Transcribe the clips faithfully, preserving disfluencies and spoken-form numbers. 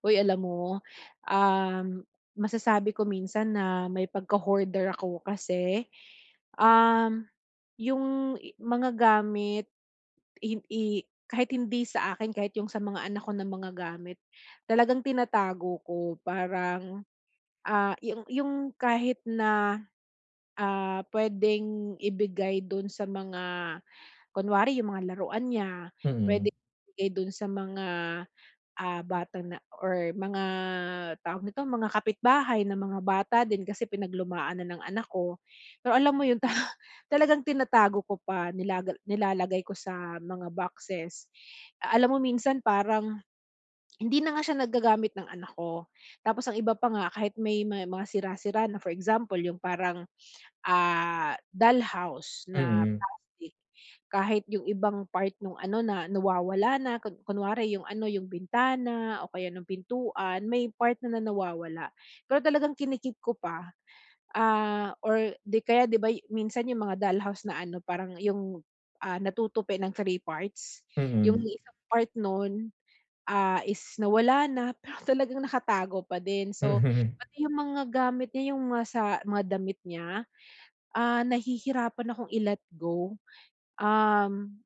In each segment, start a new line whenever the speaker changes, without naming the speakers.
Uy, alam mo, um, masasabi ko minsan na may pagka-hoarder ako kasi, um, yung i mga gamit hin i kahit hindi sa akin, kahit yung sa mga anak ko na mga gamit, talagang tinatago ko. Parang, ah, yung yung kahit na, ah, puwedeng ibigay dun sa mga kunwari yung mga laruan niya,
Mm,
pwedeng ibigay dun sa mga ah, bata na or mga tawag nito, mga kapitbahay na mga bata din kasi pinaglumaan na ng anak ko. Pero alam mo yun ta talagang tinatago ko pa, nilaga nilalagay ko sa mga boxes. Ah, alam mo minsan parang hindi na nga siya nagagamit ng anak ko. Tapos ang iba pa nga kahit may may mga sira-sira na, for example yung parang ah, dollhouse na
mm,
plastic. Kahit yung ibang part nung ano na nawawala na kun kunwari yung ano, yung bintana o kaya nung pintuan, may part na na nawawala. Pero talagang kini ko pa, ah, or 'di kaya 'di ba y- minsan yung mga dollhouse na ano parang yung, ah, natutupi ng three parts, yung
mm,
Hmm. isang part nun, ah, is nawala na pero talagang nakatago pa din. So,
mm.
pati yung mga gamit niya, yung mga sa mga damit niya, ah, nahihirapan akong i-let go. Um,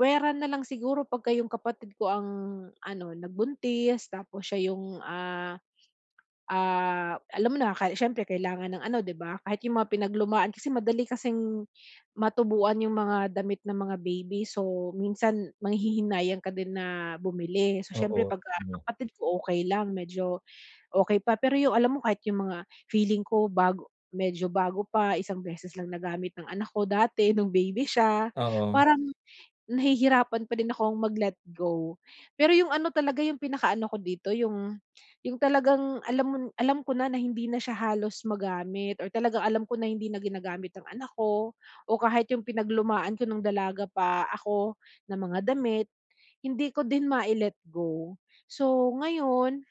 Puwera na lang siguro pagka yung kapatid ko ang ano, nagbuntis tapos siya yung, ah, ah, alam mo na, ka siyempre kailangan ng ano, 'di ba? Kahit yung mga pinaglumaan kasi madali kasing matubuan yung mga damit ng mga baby. So, minsan manghihinayang ka din na bumili. So, siyempre
Oo,
pagka
no,
kapatid ko, okay lang medyo okey pa. Pero yung alam mo kahit yung mga feeling ko bago medyo bago pa, isang beses lang nagamit ng anak ko dati nung baby siya,
oo,
parang nahihirapan pa din akong mag-let go. Pero yung ano talaga yung pinakaano ko dito yung yung talagang alam mo alam ko na na hindi na siya halos magamit or talagang alam ko na hindi na ginagamit ng anak ko o kahit yung pinaglumaan ko nung dalaga pa ako na mga damit, hindi ko din mai-let go. So ngayon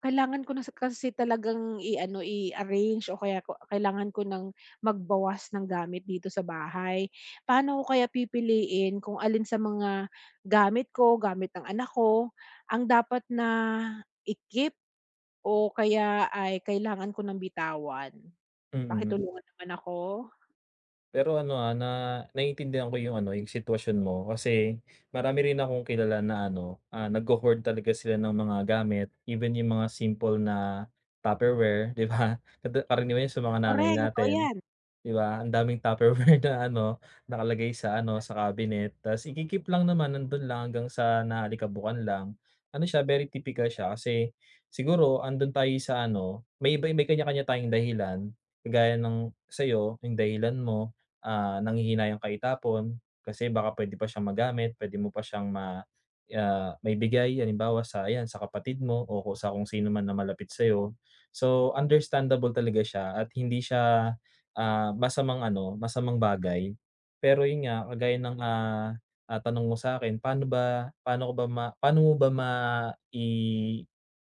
kailangan ko na sa kasi talagang i-ano, i-arrange o kaya ko kailangan ko ng magbawas ng gamit dito sa bahay. Paano ko kaya pipiliin kung alin sa mga gamit ko, gamit ng anak ko, ang dapat na i-keep o kaya ay kailangan ko ng bitawan?
mm.
Pakitulungan naman ako.
Pero ano, ah, na naiintindihan ko yung ano, yung sitwasyon mo kasi marami rin akong kilala na ano, ah, nagho-hoard talaga sila ng mga gamit, even yung mga simple na Tupperware, 'di ba? Kada karaniwan yun sa mga nanay
Correct, totoo
natin.
yan.
'Di ba, ang daming Tupperware na ano, nakalagay sa ano, sa cabinet tas iki-keep lang naman nandun lang hanggang sa nahalikabukan lang. Ano siya, very typical siya kasi siguro andun tayo sa ano, may iba may kanya-kanya tayong dahilan, kagaya ng sa'yo, yung dahilan mo, ah, nanghihinayang ka itapon kasi baka puwede pa siyang magamit, puwede mo pa siyang ma ah, maibigay halimbawa sa ayan, sa kapatid mo o ku sa kung sino man na malapit sa'yo. So, understandable talaga siya at hindi siya ah, masamang ano, masamang bagay. Pero yun nga, kagaya ng, ah, ah, tanong mo sa akin paano ba paano ko ba ma paano mo ba ma i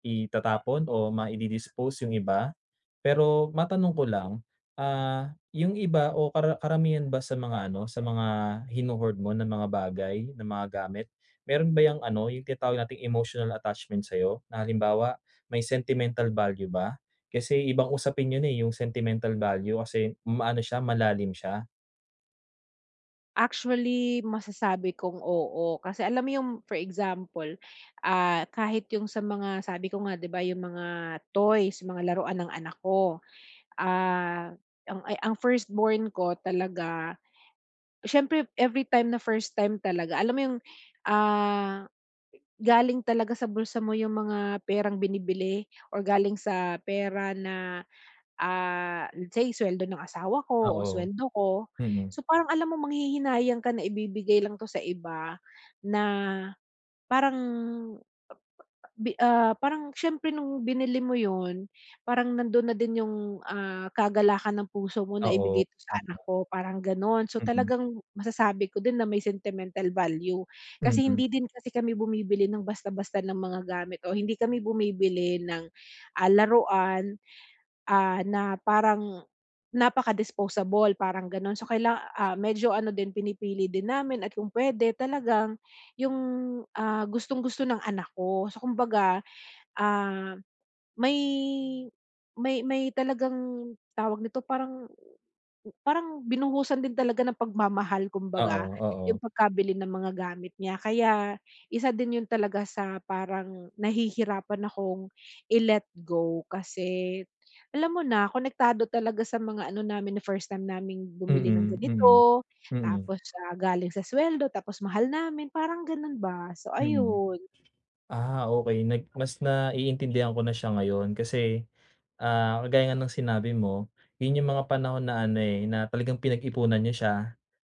itatapon o ma dispose yung iba? Pero matanong ko lang, ah, yung iba o kara karamihan ba sa mga ano, sa mga hino-hoard mo na mga bagay, na mga gamit, meron ba yung ano, yung tinatawag nating emotional attachment sa'yo? Na halimbawa, may sentimental value ba? Kasi ibang usapin yun, eh, yung sentimental value kasi maano siya, malalim siya.
Actually, masasabi kong oo. Kasi alam mo yung for example, ah, kahit yung sa mga sabi ko nga 'di ba yung mga toys, mga laruan ng anak ko. Ah, ang ay ang firstborn ko talaga syempre, every time na first time talaga alam mo yung, ah, galing talaga sa bulsa mo yung mga perang binibili or galing sa pera na, ah, let's say suweldo ng asawa ko o
Oo,
suweldo ko.
mm.
So, parang alam mo manghihinayang ka na ibibigay lang 'to sa iba na parang bi ah, parang siyempre nung binili mo yun parang nandun na din yung, ah, kagalakan ng puso mo na
Oo,
ibigay 'to sa
tama.
anak ko, parang gano'n. So,
Mm,
talagang masasabi ko din na may sentimental value kasi
mm.
hindi din kasi kami bumibili ng basta-basta ng mga gamit o hindi kami bumibili ng, ah, laruan ah, na parang napaka-disposable parang gano'n. So kaila ah, medyo ano din pinipili din namin at kung puwede talagang yung, ah, gustong-gusto ng anak ko. So kumbaga, ah, may may may talagang tawag nito, parang parang binuhusan din talaga ng pagmamahal
Oo,
kumbaga,
oo.
yung pagkabili ng mga gamit niya. Kaya isa din yun talaga sa parang nahihirapan akong i-let go kasi alam mo na konektado talaga sa mga ano namin na first time naming
Mm,
bumili ng
mm.
ganito,
Mm, mm.
tapos, ah, galing sa sweldo tapos mahal namin parang ganun ba. So
Mm.
ayun,
Ah, okay nag mas naiintindihan ko na siya ngayon kasi, ah, kagaya nga ng sinabi mo, yun yung mga panahon na ano, eh, na talagang pinag-ipunan niyo siya,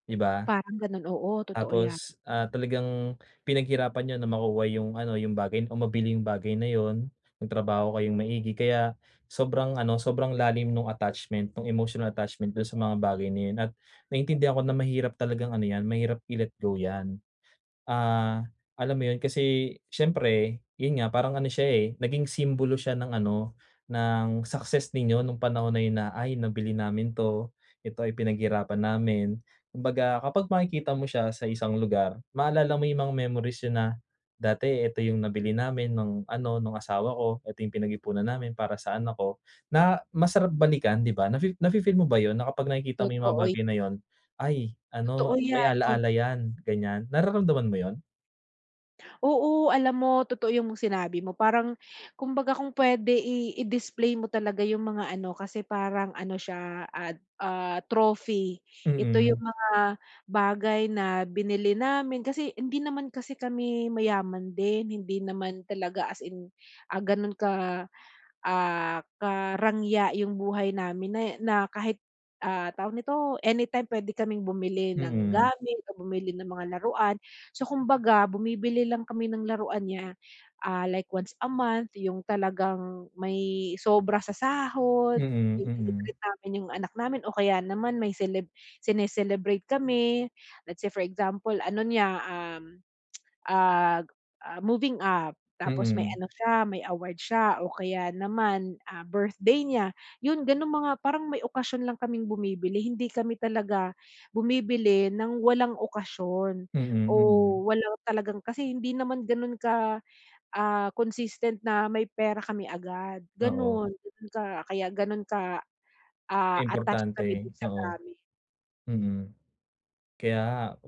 'di ba?
parang ganun, oo totoo yan.
Tapos, ah, talagang pinaghirapan niyo na makuha yung ano, yung bagay o mabili yung bagay na yun, nagtrabaho kayong maigi kaya sobrang ano, sobrang lalim nung attachment, nung emotional attachment dun sa mga bagay na yun at naintindihan ko na mahirap talagang ano yan, mahirap i-let go yan. Ah, alam mo yun kasi siyempre yun nga parang ano siya, eh, naging simbolo siya ng ano, ng success ninyo nung panahon na yun na, "Ay nabili namin 'to, ito ay pinaghirapan namin." Kumbaga kapag makikita mo siya sa isang lugar maalala mo yung mga memories yun na, "Dati ito yung nabili namin ng ano, nung asawa ko, ito yung pinag-ipunan namin para sa anak ko." Na masarap balikan 'di ba? Nafi nafi-feel mo ba yun na kapag nakikita mo yung mga
Totoo y-
bagay na yun ay
Totoo
ano, may
yan.
ala-ala yan, ganyan. Nararamdaman mo yun?
Oo, alam mo totoo yung sinabi mo parang kumbaga kung puwede i i-display mo talaga yung mga ano kasi parang ano siya, ah, ah, trophy. Ito
Mm,
yung mga bagay na binili namin kasi hindi naman kasi kami mayaman din, hindi naman talaga as in, ah, gano'n ka ah, karangya yung buhay namin na na kahit, ah, tawag nito, anytime puwede kaming bumili ng
mm,
gamit o bumili ng mga laruan. So, kumbaga bumibili lang kami ng laruan niya, ah, like once a month, yung talagang may sobra sa sahod,
mm,
yung
mm,
tini-treat namin yung anak namin o kaya naman may celeb sine-celebrate kami. Let's say for example ano niya, um ah, ah, moving up. Tapos may
mm,
ano siya, may award siya o kaya naman, ah, birthday niya. Yun gano'ng mga parang may okasyon lang kaming bumibili. Hindi kami talaga bumibili ng walang okasyon
mm,
o
mm.
walang talagang kasi hindi naman gano'n ka, ah, consistent na may pera kami agad,
Oo,
gano'n. Gano'n ka kaya gano'n ka, ah, attached kami
importante,
dun sa
oo,
gamit,
mm. Kaya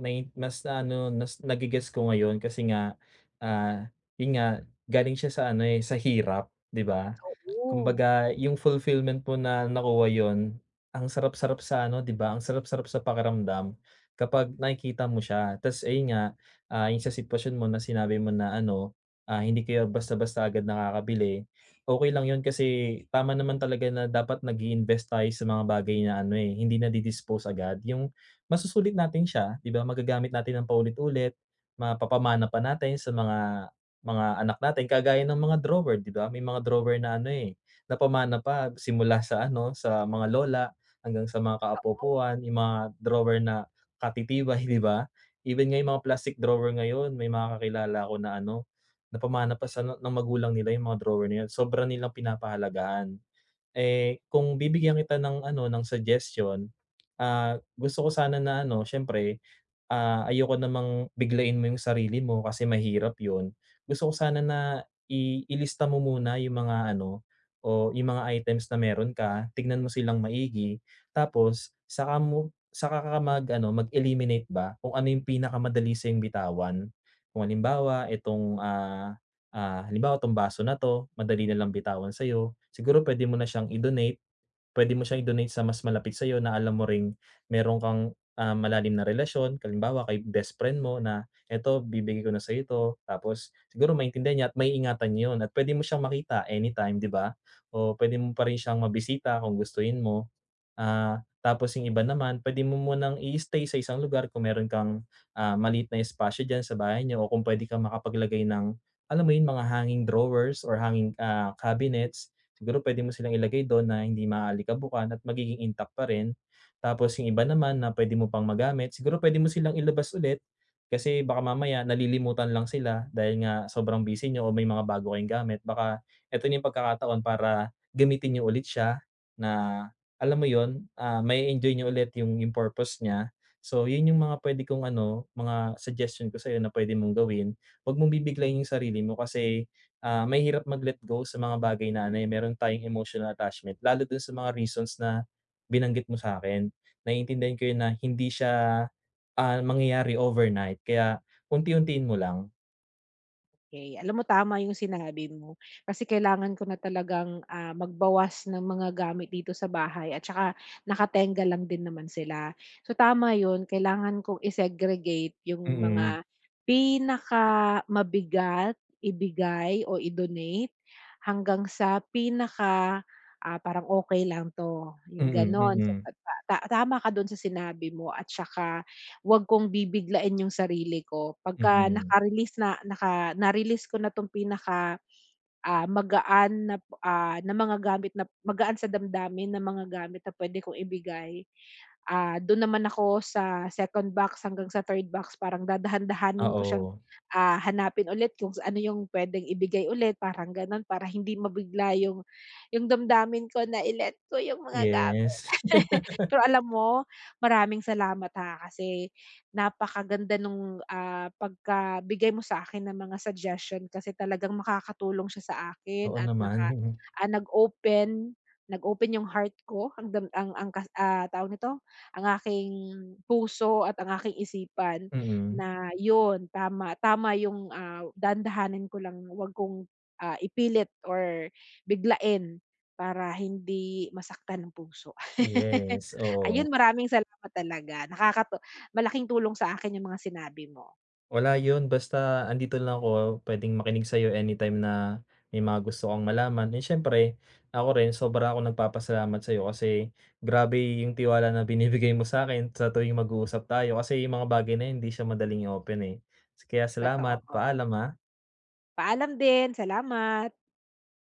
nai mas ano, nas nage-gets ko ngayon kasi nga, ah, yun nga galing siya sa ano, eh, sa hirap, 'di ba?
oo.
Kumbaga yung fulfillment po na nakuha yon ang sarap-sarap sa ano, 'di ba, ang sarap-sarap sa pakiramdam kapag nakikita mo siya. Tas ayun nga, ah, yung sa sitwasyon mo na sinabi mo na ano, ah, hindi kayo basta-basta agad nakakabili, okay lang yun kasi tama naman talaga na dapat nag invest tayo sa mga bagay na ano, eh, hindi nadi-dispose agad. Yung masusulit natin siya, 'di ba, magagamit natin ng paulit-ulit, mapapamana pa natin sa mga mga anak natin kagaya ng mga drawer, 'di ba? May mga drawer na ano, eh, napamana pa simula sa ano, sa mga lola hanggang sa mga kaapopuan yung mga drawer na katitibay, 'di ba? Even nga yung mga plastic drawer ngayon, may mga kakilala ko na ano, napamana pa sa ng magulang nila yung mga drawer na yun, sobra nilang pinapahalagahan. Eh, kung bibigyan kita ng ano, ng suggestion, ah, gusto ko sana na ano, siyempre, ah, ayoko namang biglain mo yung sarili mo kasi mahirap yun. Gusto ko sana na i ilista mo muna yung mga ano, o yung mga items na meron ka, tignan mo silang maigi, tapos saka mo saka ka mag-ano, mag-eliminate ba kung ano yung pinakamadali sa'yong bitawan. Kung halimbawa itong, ah Ah, halimbawa itong baso na 'to madali na lang bitawan sa'yo, siguro pwede mo na siyang i-donate, pwede mo siyang i-donate sa mas malapit sa'yo na alam mo ring meron kang, ah, malalim na relasyon. Kalimbawa kay best friend mo na, "Eto bibigay ko na sa'yo 'to," tapos siguro maintindihan niya at maiingatan niya 'yun at pwede mo siyang makita anytime, 'di ba? O pwede mo pa rin siyang mabisita kung gustuhin mo. Ah, tapos yung iba naman puwede mo munang i-stay sa isang lugar kung meron kang, ah, maliit na espasyo dyan sa bahay niyo o kung puwede kang makapaglagay ng, alam mo yun, mga hanging drawers or hanging, ah, cabinets. Siguro puwede mo silang ilagay dun na hindi maaalikabukan at magiging intact pa rin. Tapos yung iba naman na puwede mo pang magamit, siguro puwede mo silang ilabas ulit kasi baka mamaya nalilimutan lang sila dahil nga sobrang busy niyo o may mga bago kayong gamit. Baka eto na yung pagkakataon para gamitin niyo ulit siya na alam mo 'yun, ah, ma enjoy niya ulit yung yung purpose niya. So 'yun yung mga puwede kong ano, mga suggestion ko sa'yo na puwede mong gawin. 'Wag mong bibiglain yung sarili mo kasi, ah, may hirap mag-let go sa mga bagay na ano, eh, meron tayong emotional attachment lalo dun sa mga reasons na binanggit mo sa sa'kin. Naiintindihan ko 'yun na hindi siya, ah, mangyayari overnight kaya unti-untiin mo lang.
Okay, alam mo tama yung sinabi mo, kasi kailangan ko na talagang, ah, magbawas ng mga gamit dito sa bahay at saka nakatenga lang din naman sila. So tama yun, kailangan kong i-segregate yung
Mm,
mga pinaka mabigat ibigay o i-donate hanggang sa pinaka, ah, parang okay lang 'to, yung
mm,
gano'n. So
mm,
ta ta tama ka dun sa sinabi mo at saka 'wag kong bibiglain yung sarili ko pagka
mm.
naka-release na naka na-release ko na 'tong pinaka, ah, magaan na, ah, na mga gamit na magaan sa damdamin na mga gamit na pwede kong ibigay, ah, do'n naman ako sa second box hanggang sa third box parang dadahan-dahanin ko siyang,
Oo,
ah, hanapin ulit kung s- ano yung puwedeng ibigay ulit parang gano'n para hindi mabigla yung yung damdamin ko na i-let go yung mga gamit.
yes.
Pero alam mo, maraming salamat, ha, kasi napakaganda nung, ah, pagkabigay mo sa akin ng mga suggestion kasi talagang makakatulong siya sa akin
Oo
at
naman,
naka
mm,
ah, nag-open nag-open yung heart ko ang dam ang ang kas ah, tawag nito, ang aking puso at ang aking isipan
mm.
na yun, tama tama yung, ah, dahan ko lang, wag kong, ah, ipilit or biglain para hindi masaktan ng puso.
Yes, oo.
Ayun, maraming salamat talaga. Nakakatu malaking tulong sa akin yung mga sinabi mo,
Wala yun basta andito lang ako, pwedeng makinig sa'yo anytime na may mga gusto kang malaman. And siyempre ako rin sobra akong nagpapasalamat sa'yo kasi grabe yung tiwala na binibigay mo sa akin sa tuwing mag-uusap tayo kasi yung mga bagay na yun hindi siya madaling i-open, eh. Kaya salamat,
totoo.
paalam, ah.
Paalam din, salamat.